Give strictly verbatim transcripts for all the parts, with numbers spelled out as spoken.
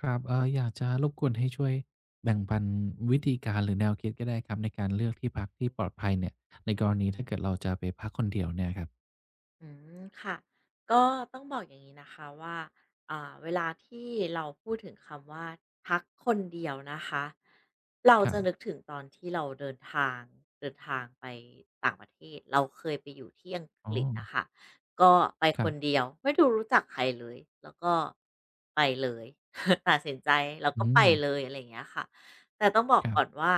ครับเอ่ออยากจะรบกวนให้ช่วยแบ่งปันวิธีการหรือแนวคิดก็ได้ครับในการเลือกที่พักที่ปลอดภัยเนี่ยในกรณีถ้าเกิดเราจะไปพักคนเดียวเนี่ยครับอืมค่ะก็ต้องบอกอย่างนี้นะคะว่าอ่าเวลาที่เราพูดถึงคำว่าพักคนเดียวนะคะเราครัจะนึกบถึงตอนที่เราเดินทางเดินทางไปต่างประเทศเราเคยไปอยู่ที่อังกอ๋อฤษนะคะก็ไปคครันบเดียวไม่ดูรู้จักใครเลยแล้วก็ไปเลย ตัดสินใจแล้วก็อืไปมเลยอะไรอย่างเงี้ยค่ะแต่ต้องบอกครัก่อนบว่า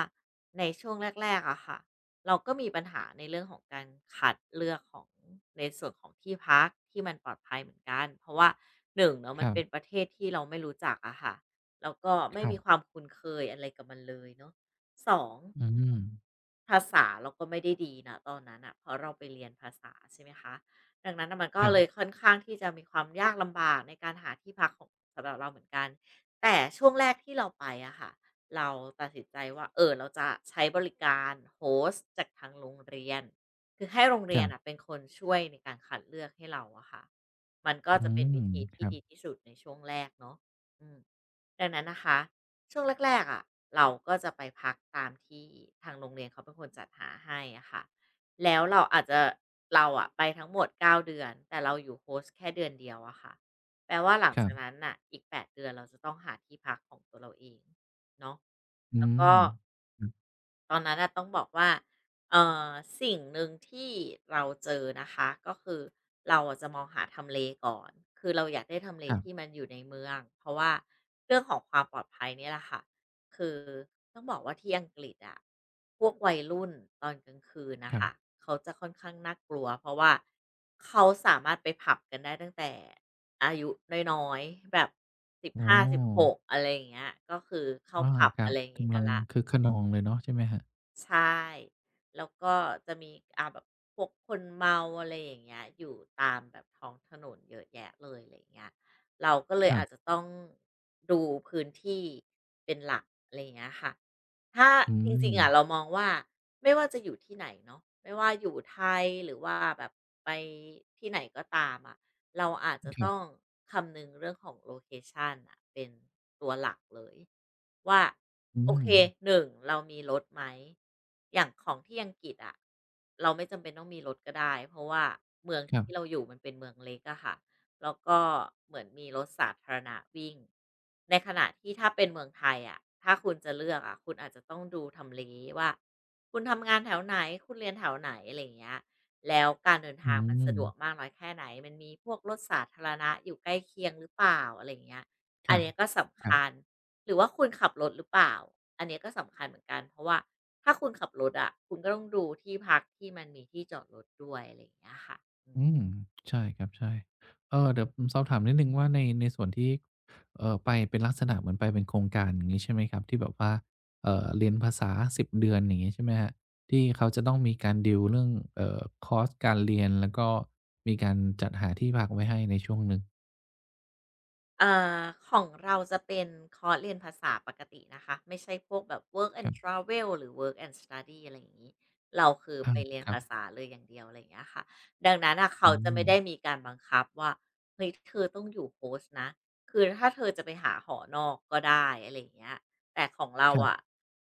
ในช่วงแรกๆอะค่ะ เราก็มีปัญหาในเรื่องของการคัดเลือกของในส่วนของที่พักที่มันปลอดภัยเหมือนกันเพราะว่าหนึ่งเนาะคมันรัเป็นบประเทศที่เราไม่รู้จักอะค่ะแล้วก็ไม่ครัมีควาบมคุ้นเคยอะไรกับมันเลยเนาะสอง อืมภาษาเราก็ไม่ได้ดีนะตอนนั้นอ่ะเพราะเราไปเรียนภาษาใช่ไหมคะดังนั้นน่ะมันก็ครัเลยบค่อนข้างที่จะมีความยากลำบากในการหาที่พักของสำหรับเราเหมือนกันแต่ช่วงแรกที่เราไปอะค่ะเราตัดสินใจว่าเออเราจะใช้บริการโฮสต์จากทางโรงเรียนคือให้โรงคเรียรันอะบเป็นคนช่วยในการคัดเลือกให้เราอะค่ะมันก็อืจะเป็นมวิธีคที่รับดีที่สุดในช่วงแรกเนาะอืมดังนั้นนะคะ ช่วงแรกๆอะเราก็จะไปพักตามที่ทางโรงเรียนเขาเป็นคนจัดหาให้อะค่ะแล้วเราอาจจะเราอะไปทั้งหมดเก้าเดือนแต่เราอยู่โฮสต์แค่เดือนเดียวอะค่ะแปลว่าหลังครัจากนั้นบน่ะอีกแปดเดือนเราจะต้องหาที่พักของตัวเราเองเนาะอืแล้วมก็ อือตอนนั้นน่ะต้องบอกว่าเอ่อสิ่งหนึ่งที่เราเจอนะคะก็คือเราอะจะมองหาทำเลก่อนคือเราอยากได้ทำเลครัที่บมันอยู่ในเมืองเพราะว่าเรื่องของความปลอดภัยเนี่ยแหละค่ะคือต้องบอกว่าที่อังกฤษอะพวกวัยรุ่นตอนกลางคืนคน่ะรัค่ะบเขาจะค่อนข้างน่ากลัวเพราะว่าเขาสามารถไปผับกันได้ตั้งแต่อายุน้อยๆแบบสิบอ๋อหาสิบหกอะไรอย่างเงี้ยก็คือเข้าอาผับครัอะบไรอย่างงี้กำกัลันงแล้ว คึกคะนองเลยเนาะใช่ไหมครับใช่แล้วก็จะมีอ่าแบบพวกคนเมาอะไรอย่างเงี้ยอยู่ตามแบบท้องถนนเยอะแยะเลยอะไรอย่างเงี้ยเราก็เลคยรัอาบจจะต้องดูพื้นที่เป็นหลักอะไรอย่างเงี้ยค่ะถ้าอืจริมงๆอะเรามองว่าไม่ว่าจะอยู่ที่ไหนเนาะไม่ว่าอยู่ไทยหรือว่าแบบไปที่ไหนก็ตามอะ เราอาจจะครัต้องบคำนึงเรื่องของโลเคชันน่ะเป็นตัวหลักเลยว่าอืโอมเคหนึ่งเรามีรถไหมอย่างของที่อังกฤษอะเราไม่จำเป็นต้องมีรถก็ได้เพราะว่าเมืองครัที่เราบอยู่มันเป็นเมืองเล็กอะค่ะแล้วก็เหมือนมีรถสาธารณะวิ่งในขณะที่ถ้าเป็นเมืองไทยอะถ้าคุณจะเลือกอะคุณอาจจะต้องดูทำเลว่าคุณทำงานแถวไหนคุณเรียนแถวไหนอะไรอย่างเงี้ย แล้วการเดินอืทางมันมสะดวกมากน้อยแค่ไหนมันมีพวกรถสาธารณะอยู่ใกล้เคียงหรือเปล่าอะไรอย่างเงี้ยคอันรับเนี้ยก็สำครัคัญบ หรือว่าคุณขับรถหรือเปล่าอันเนี้ยก็สำคัญเหมือนกันเพราะว่าถ้าคุณขับรถอะคุณก็ต้องดูที่พักที่มันมีที่จอดรถด้วยอะไรอย่างเงี้ยค่ะ อืมใช่ครับใช่เออเดี๋ยวผมสอบถามนิดหนึ่งว่าในในส่วนที่เอ่อไปเป็นลักษณะเหมือนไปเป็นโครงการอย่างงี้ใช่ไหมครับที่แบบว่าเอ่อเรียนภาษาสิบเดือนอย่างงี้ใช่ไหมครับที่เขาจะต้องมีการดีลเรื่องเอ่อคอร์สการเรียนแล้วก็มีการจัดหาที่พักไว้ให้ในช่วงหนึ่งอ่าของเราจะเป็นคอร์สเรียนภาษาปกตินะคะไม่ใช่พวกแบบ Work ครั and บ Travel หรือ เวิร์ค แอนด์ สตัดดี้ อะไรอย่างนี้เราคืออาไปเรียนครัภาบษาเลยอย่างเดียวอะไรอย่างเงี้ยค่ะดังนั้นนะเขาอืจะไม่มได้มีการบังคับว่าเฮ้ยเธอต้องอยู่โฮสต์นะคือถ้าเธอจะไปหาหอนอกก็ได้อะไรอย่างเงี้ยแต่ของเราครัอะบ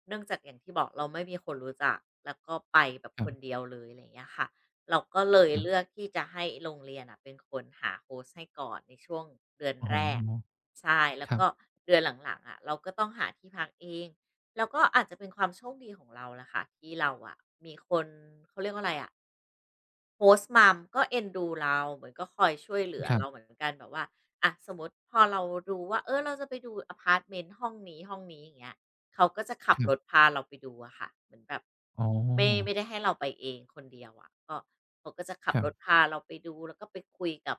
เนื่องจากอย่างที่บอกเราไม่มีคนรู้จักแล้วก็ไปแบบคครันบเดียวเลยอะไรอย่างเงี้ยค่ะ เราก็เลยครัเลือกบที่จะให้โรงเรียนอะเป็นคนหาโฮสต์ให้ก่อนในช่วงเดือนอ๋อแรกใช่แล้ควรับก็เดือนหลังๆอะเราก็ต้องหาที่พักเอง แล้วก็อาจจะเป็นความโชคดีของเราล่ะค่ะที่เราอะมีคนเขาเรียกว่าอะไรอ่ะ โฮสต์ มัม ก็เอ็นดูเราเหมือนก็คอยช่วยเหลือครัเราเหบมือนกันแบบว่าอะสมมติพอเรารู้ว่าเออเราจะไปดูอพาร์ตเมนต์ห้องนี้ห้องนี้อย่างเงี้ยเขาก็จะขัคบรัรถบพาเราไปดูอะค่ะเหมือนแบบอ๋ไม่อไม่ได้ให้เราไปเองคนเดียวอะก็เขาก็จะขัคบรัรถบพาเราไปดูแล้วก็ไปคุยกับ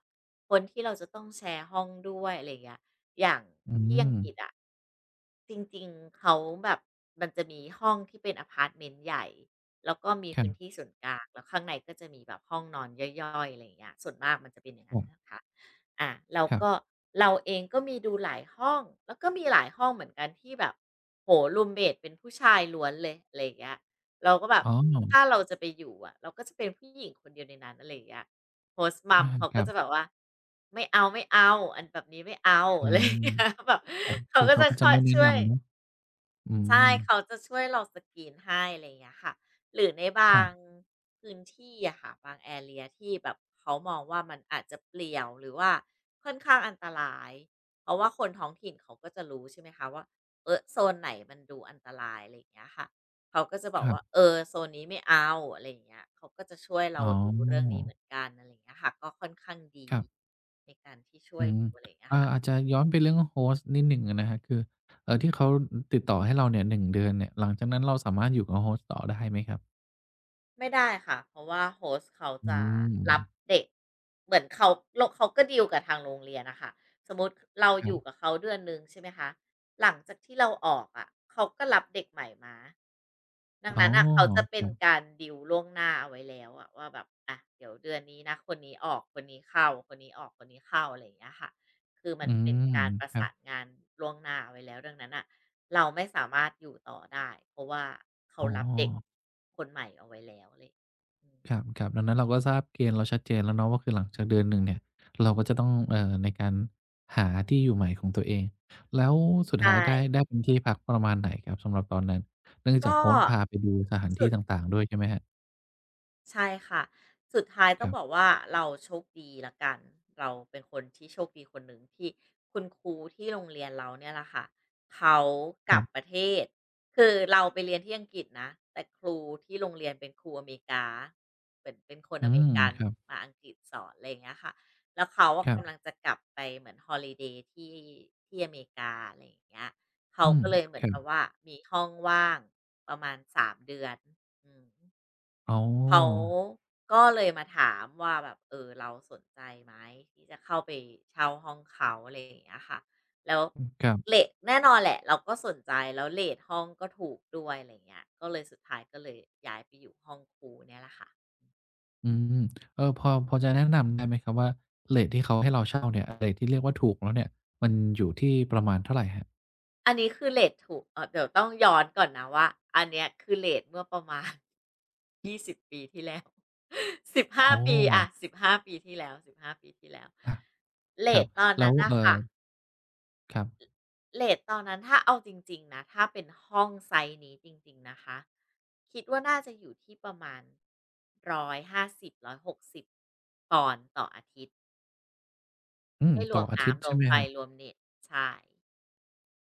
คนที่เราจะต้องแชร์ห้องด้วยอะไรอย่างเงี้ย อย่างอืที่อังมกฤษอะจริงๆเขาแบบมันจะมีห้องที่เป็นอะพาร์ตเมนต์ใหญ่แล้วก็มีครัพื้บนที่ส่วนกลางแล้วข้างในก็จะมีแบบห้องนอนย่อยๆอะไรอย่างเงี้ยส่วนมากมันจะเป็นอย่างคนั้รันนะบคะอาแล้วครัก็บเราเองก็มีดูหลายห้องแล้วก็มีหลายห้องเหมือนกันที่แบบโอ้โฮรูมเมตเป็นผู้ชายล้วนเลยอะไรอย่างเงี้ยเราก็แบบอ๋อถ้าเราจะไปอยู่อะเราก็จะเป็นผู้หญิงคนเดียวในนั้นอะไรอย่างเงี้ย Host mom อาเขาคก็รับจะแบบว่าไม่เอาไม่เอาอันแบบนี้ไม่เอา อือะไรม อย่างเงี้ยแบบครับเขาคือก็เขาจะก็คจะอยไม่แนะช่วย นำเนาะอืมใช่เขาจะช่วยเราสกรีนให้อะไรอย่างเงี้ยค่ะหรือในคบารังบพื้นที่อะค่ะบาง area ที่แบบเขามองว่ามันอาจจะเปลี่ยวหรือว่าค่อนข้างอันตรายเพราะว่าคนท้องถิ่นเขาก็จะรู้ใช่ไหมคะว่าเออโซนไหนมันดูอันตรายอะไรอย่างเงี้ยค่ะเขาก็จะบคอกรัว่าเอบอโซนนี้ไม่เอาอะไรอย่างเงี้ยเขาก็จะช่วยอ๋เราอดูเรื่องนี้เหมือนกันอะไรอย่างเงี้ยค่ะก็ค่อนข้างดีครับในการที่ช่วอืยมดูอะไรอย่างเงี้ยเอ่อค่ะ อาจจะย้อนไปเรื่อง host นิดหนึ่งอะนะครับคือเอ่อที่เขาอติดต่อให้เราเนี่ยหนึ่งเดือนเนี่ยหลังจากนั้นเราสามารถอยู่กับ host ต่อได้ไหมครับไม่ได้ค่ะเพราะว่าโฮสต์เขาอืจะมรับเด็กเหมือนเขาโลเขาก็ดีลกับทางโรงเรียนนะค่ะสมมติเราคอรัยู่กับบเขาเดือนหนึ่งใช่ไหมคะหลังจากที่เราออกอะะเขาก็รับเด็กใหม่มาดัอ๋งอนั้นน่ะเขาจะเป็คนรับการดีลล่วงหน้าเอาไว้แล้วอะว่าแบบอะเดี๋ยวเดือนนี้นะคนนี้ออกคนนี้เข้าคนนี้ออกคนนี้เข้าอะไรอย่างเงี้ยค่ะคือมันอืเป็นมการประครับสานงานล่วงหน้าเอาไว้แล้วดังนั้นน่ะ เราไม่สามารถอยู่ต่อได้เพราะว่าเขาอ๋อ รับเด็กคนใหม่เอาไว้แล้วอะไรอย่างงี้อืมครับครับดังนั้นเราก็ทราบเกณฑ์เราชัดเจนแล้วเนาะว่าคือหลังจากเดือนหนึ่งเนี่ยเราก็จะต้องเอ่อในการหาที่อยู่ใหม่ของตัวเองแล้วสุดท้ายใช่ได้ได้เป็นที่พักประมาณไหนครับสำหรับตอนนั้นเนื่องจาก ก็ Host พาไปดูสถานสุที่ด ต่างๆด้วยใช่ไหมครับใช่ค่ะสุดท้ายคต้องรับอกบว่าเราโชคดีละกันเราเป็นคนที่โชคดีคนหนึ่งที่คุณครูที่โรงเรียนเราเนี่ยแหละค่ะเขากคลัรับปบระเทศคือเราไปเรียนที่อังกฤษนะแต่ครูที่โรงเรียนเป็นครูอเมริกาเป็นเป็นคนอือเมมริกันครับมาอังกฤษสอนอะไรอย่างเงี้ยค่ะแล้วเขาอะครักำลังบจะกลับไปเหมือน holiday ที่ที่อเมริกาอะไรอย่างเงี้ยเขาอืมก็เลยเหมืคอนรัแบบบว่ามีห้องว่างประมาณสามเดือนอืม อ๋เขาอก็เลยมาถามว่าแบบเออเราสนใจไหมที่จะเข้าไปเช่าห้องเขาอะไรอย่างเงี้ยค่ะแล้วครัเลบทแน่นอนแหละเราก็สนใจแล้วเลทห้องก็ถูกด้วยอะไรเงี้ยก็เลยสุดท้ายก็เลยย้ายไปอยู่ห้องครูเนี่ยแหละค่ะอืมเออพอพอจะแนะนำได้ไหมครับว่าเรทที่เขาให้เราเช่าเนี่ยเรทที่เรียกว่าถูกแล้วเนี่ยมันอยู่ที่ประมาณเท่าไหร่ฮะอันนี้คือเลตถูกเอ่อเดี๋ยวต้องย้อนก่อนนะว่าอันเนี้ยคือเลทเมื่อประมาณ สิบห้าโอ้ปีอะสิบห้าปีที่แล้วหนึ่งาปีที่แล้วอ่ะเลครัทบตอนแล้นั้วนนะเอ่อคะ ครับ เรตตอนนั้นถ้าเอาจริงๆนะถ้าเป็นห้องไซซ์นี้จริงๆนะคะคิดว่าน่าจะอยู่ที่ประมาณรอยหนึ่งร้อยห้าสิบสิบร้อยหกสิบปอนด์ต่ออาทิตย์อืมไม่รต่วอมอาทิตย์น้ำรวใช่มไหมไฟครับรวมเน็ตใช่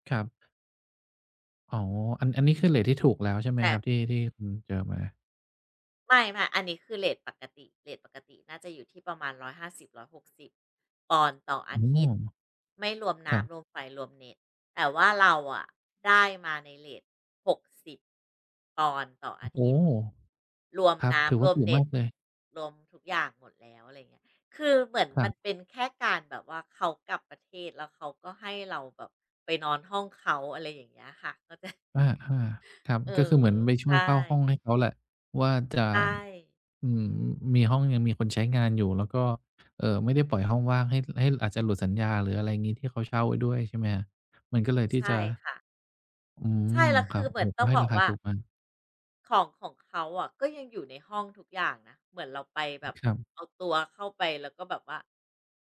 ครับอ๋ออันอันนี้คือเรตที่ถูกแล้วใช่ไหมแต่ ครับที่ที่คุณเจอมาไม่ๆอันนี้คือเรตปกติเรตปกติน่าจะอยู่ที่ประมาณร้อยหาสิบร้อยหกสิบปอนด์ต่ออาอ๋อทิตย์ไม่รวมครัน้ำรวมบไฟรวมเน็ตแต่ว่าเราอะได้มาในเรติบปอนด์ต่ออาทิโอ้ตย์โฮรวมครับถือน้ำรว่าวมถูกเน็มาตกเลยรวมทุกอย่างหมดแล้วอะไรเงี้ยคือเหมือนครัมันเป็บนแค่การแบบว่าเขากลับประเทศแล้วเขาก็ให้เราแบบไปนอนห้องเขาอะไรอย่างเงี้ยค่ะก็จะอาๆครับเออก็คือเหมือนไปช่วยใช่เฝ้าห้องให้เขาแหละว่าจะใช่อืมมีห้องยังมีคนใช้งานอยู่แล้วก็เอ่อไม่ได้ปล่อยห้องว่างให้ให้อาจจะหลุดสัญญาหรืออะไรงี้ที่เขาเช่าไว้ด้วยใช่ไหมครับมันก็เลยที่ใช่จะค่ะ อืมใช่แล้วครัคือบเหโอ้มือโฮนต้ก็องให้บอกราคาว่าถูกมากของของเขาอะก็ยังอยู่ในห้องทุกอย่างนะเหมือนเราไปแบบครับ เอาตัวเข้าไปแล้วก็แบบว่า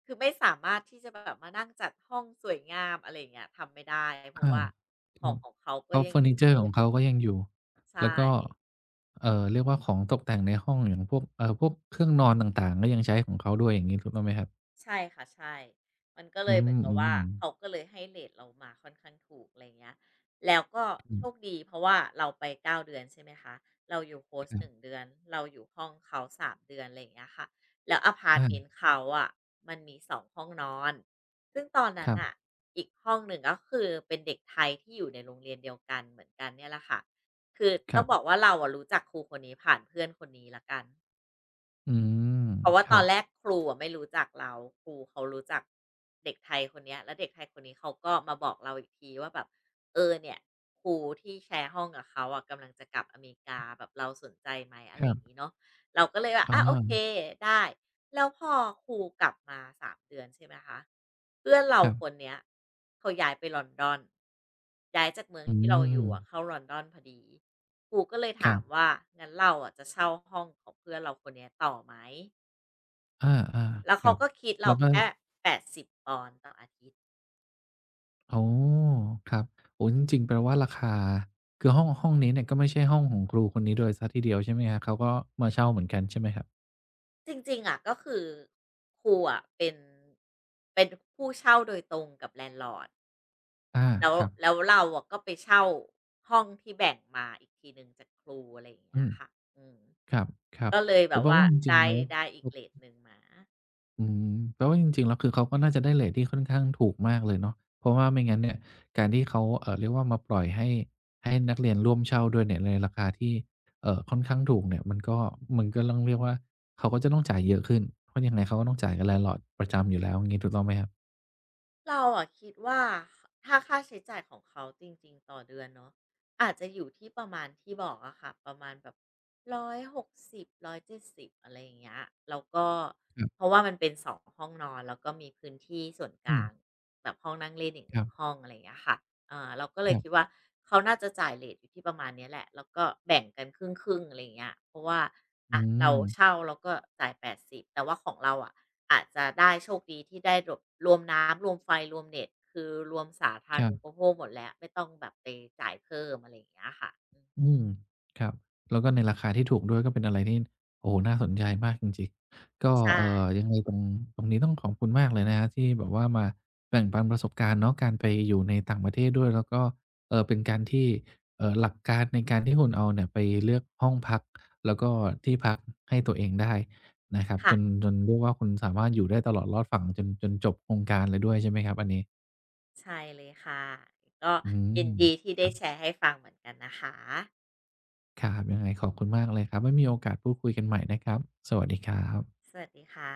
คือไม่สามารถที่จะแบบมานั่งจัดห้องสวยงามอะไรอย่างเงี้ยทำไม่ได้เพราะอาว่าขคองรับของเขา ก็แล้วยัเฟงออร์นิยู่เชอเต็ร์ขอมงเขาก็ยังอยู่ ใช่ แล้วก็เอ่อเรียกว่าของตกแต่งในห้องอย่างพวกเอ่อพวกเครื่องนอนต่างๆก็ยังใช้ของเขาด้วยอย่างงี้ถูกต้องไหมครับใช่ค่ะใช่มันก็เลอืยเหมือนมกับอืว่ามเขาก็เลยให้เรตเรามาค่อนข้างถูกอะไราเงี้ยแล้วก็อืโชคมดีเพราะว่าเราไปเก้าเดือนใช่ไหมคะเราอยู่โฮสคต์รัหนึ่งบเดือน เราอยู่ห้องเขาสามเดือนอะไรอย่างเงี้ยค่ะแล้วอะพาร์ตอาเมนต์เขาอะมันมีสองห้องนอนซึ่งตอนคนั้นรัน่ะบอีกห้องหนึ่งก็คือเป็นเด็กไทยที่อยู่ในโรงเรียนเดียวกันเหมือนกันเนี่ยแหละค่ะคือคต้รัองบบอกว่าเราอะรู้จักครูคนนี้ผ่านเพื่อนคนนี้แล้วกัน อืมเพราะว่าคตรัอนบแรกครูอะไม่รู้จักเราครูเขารู้จักเด็กไทยคนเนี้ยแล้วเด็กไทยคนนี้เขาก็มาบอกเราอีกทีว่าแบบเออเนี่ยครูที่แชร์ห้องกับเขาอะกำลังจะกลับอเมริกาแบบเราสนใจไหมอะคไรอรัย่างบงี้เนาะเราก็เลยว่าอาอาโอเคได้แล้วพอครูกลับมาสามเดือนใช่ไหมคะเพื่อนเราครัคนบเนี้ยเขาย้ายไปลอนดอนย้ายจากเมืองอืที่เราอมยู่อะเข้าลอนดอนพอดีครูก็เลยคถารัมบว่างั้นเราอะจะเช่าห้องของเพื่อนเราคนเนี้ยต่อไหม อาแล้วๆครัเขาบก็คิดเราแล้วก็แค่แปดสิบปดสิบปอนด์ต่ออาทิตย์ อ๋อครับโอ้โฮจริงๆแปลว่าราคาคือห้องห้องนี้เนี่ยก็ไม่ใช่ห้องของครูคนนี้โดยเสียทีเดียวใช่ไหมครับ เขาก็มาเช่าเหมือนกันใช่ไหมครับ จริงๆอะก็คือครูอะเป็นเป็นผู้เช่าโดยตรงกับ landlord อาแล้วครับแล้วเราอะก็ไปเช่าห้องที่แบ่งมาอีกทีหนึ่งจากครูอะไรอย่างเงี้อืยมค่ะอืมครับ ครับก็เลยอแบมบแปลว่าว่าจมริงได้ๆแล้วได้อีอกเรตหนึ่งมา อืมแปลว่าจริงๆแล้วคือเขาก็น่าจะได้เรตที่ค่อนข้างถูกมากเลยเนาะเพราะว่าไม่งั้นเนี่ย การที่เขาเอ่อเรียกว่ามาปล่อยให้ ให้นักเรียนร่วมเช่าด้วยเนี่ยในราคาที่เอ่อค่อนข้างถูกเนี่ย มันก็มันก็ต้องเรียกว่า เขาก็จะต้องจ่ายเยอะขึ้น เพราะยังไงเขาก็ต้องจ่ายกับ landlord ประจำอยู่แล้วอย่างงี้ถูกต้องไหมครับเราอะคิดว่าถ้าค่าใช้จ่ายของเขาจริงๆต่อเดือนเนาะอาจจะอยู่ที่ประมาณที่บอกอะค่ะประมาณแบบหนึ่งร้อยหกสิบ หนึ่งร้อยเจ็ดสิบอยหกสิบร้อยเจ็ดสิบอะไรอย่างเงี้ยแล้วก็ครัเพบราะว่ามันเป็นสองห้องนอนแล้วก็มีพื้นที่ส่วนกอืลางมแบบห้องนั่งเล่นอีกหคนึ่รังบห้องอะไรอย่างเงี้ยค่ะ อ่าเราก็เลคยรัคิดบว่าเขาน่าจะจ่ายเรตอยู่ที่ประมาณเนี้ยแหละแล้วก็แบ่งกันครึ่งๆอะไรอย่างเงี้ยเพราะว่าอะอืเรามเช่าเราก็จ่ายแปดสิบแต่ว่าของเราอะอาจจะได้โชคดีที่ได้รวบรวมน้ำรวมไฟรวมเน็ตคือรวมสาธารครัณูปบ โภคหมดแล้วไม่ต้องแบบไปจ่ายเพิ่มอะไรอย่างเงี้ยค่ะอืมอืมครับแล้วก็ในราคาที่ถูกด้วยก็เป็นอะไรที่โอ้โฮน่าสนใจมากจริงๆก็เอ่อใช่ยังไงตรงตรงนี้ต้องขอบคุณมากเลยนะครับที่แบบว่ามาแบ่งปันประสบการณ์เนาะการไปอยู่ในต่างประเทศด้วยแล้วก็เอ่อเป็นการที่เอ่อหลักการในการที่คุณเอาเนี่ยไปเลือกห้องพักแล้วก็ที่พักให้ตัวเองได้นะครับจนค่ะจนเรียกว่าคุณสามารถอยู่ได้ตลอดรอดฝั่งจนจนจบโครงการเลยด้วยใช่ไหมครับอันนี้ใช่เลยค่ะก็อืยินมดีที่คได้รับ แชร์ให้ฟังเหมือนกันนะคะครับยังไงขอบคุณมากเลยครับไว้มีโอกาสพูดคุยกันใหม่นะครับสวัสดีครับสวัสดีค่ะ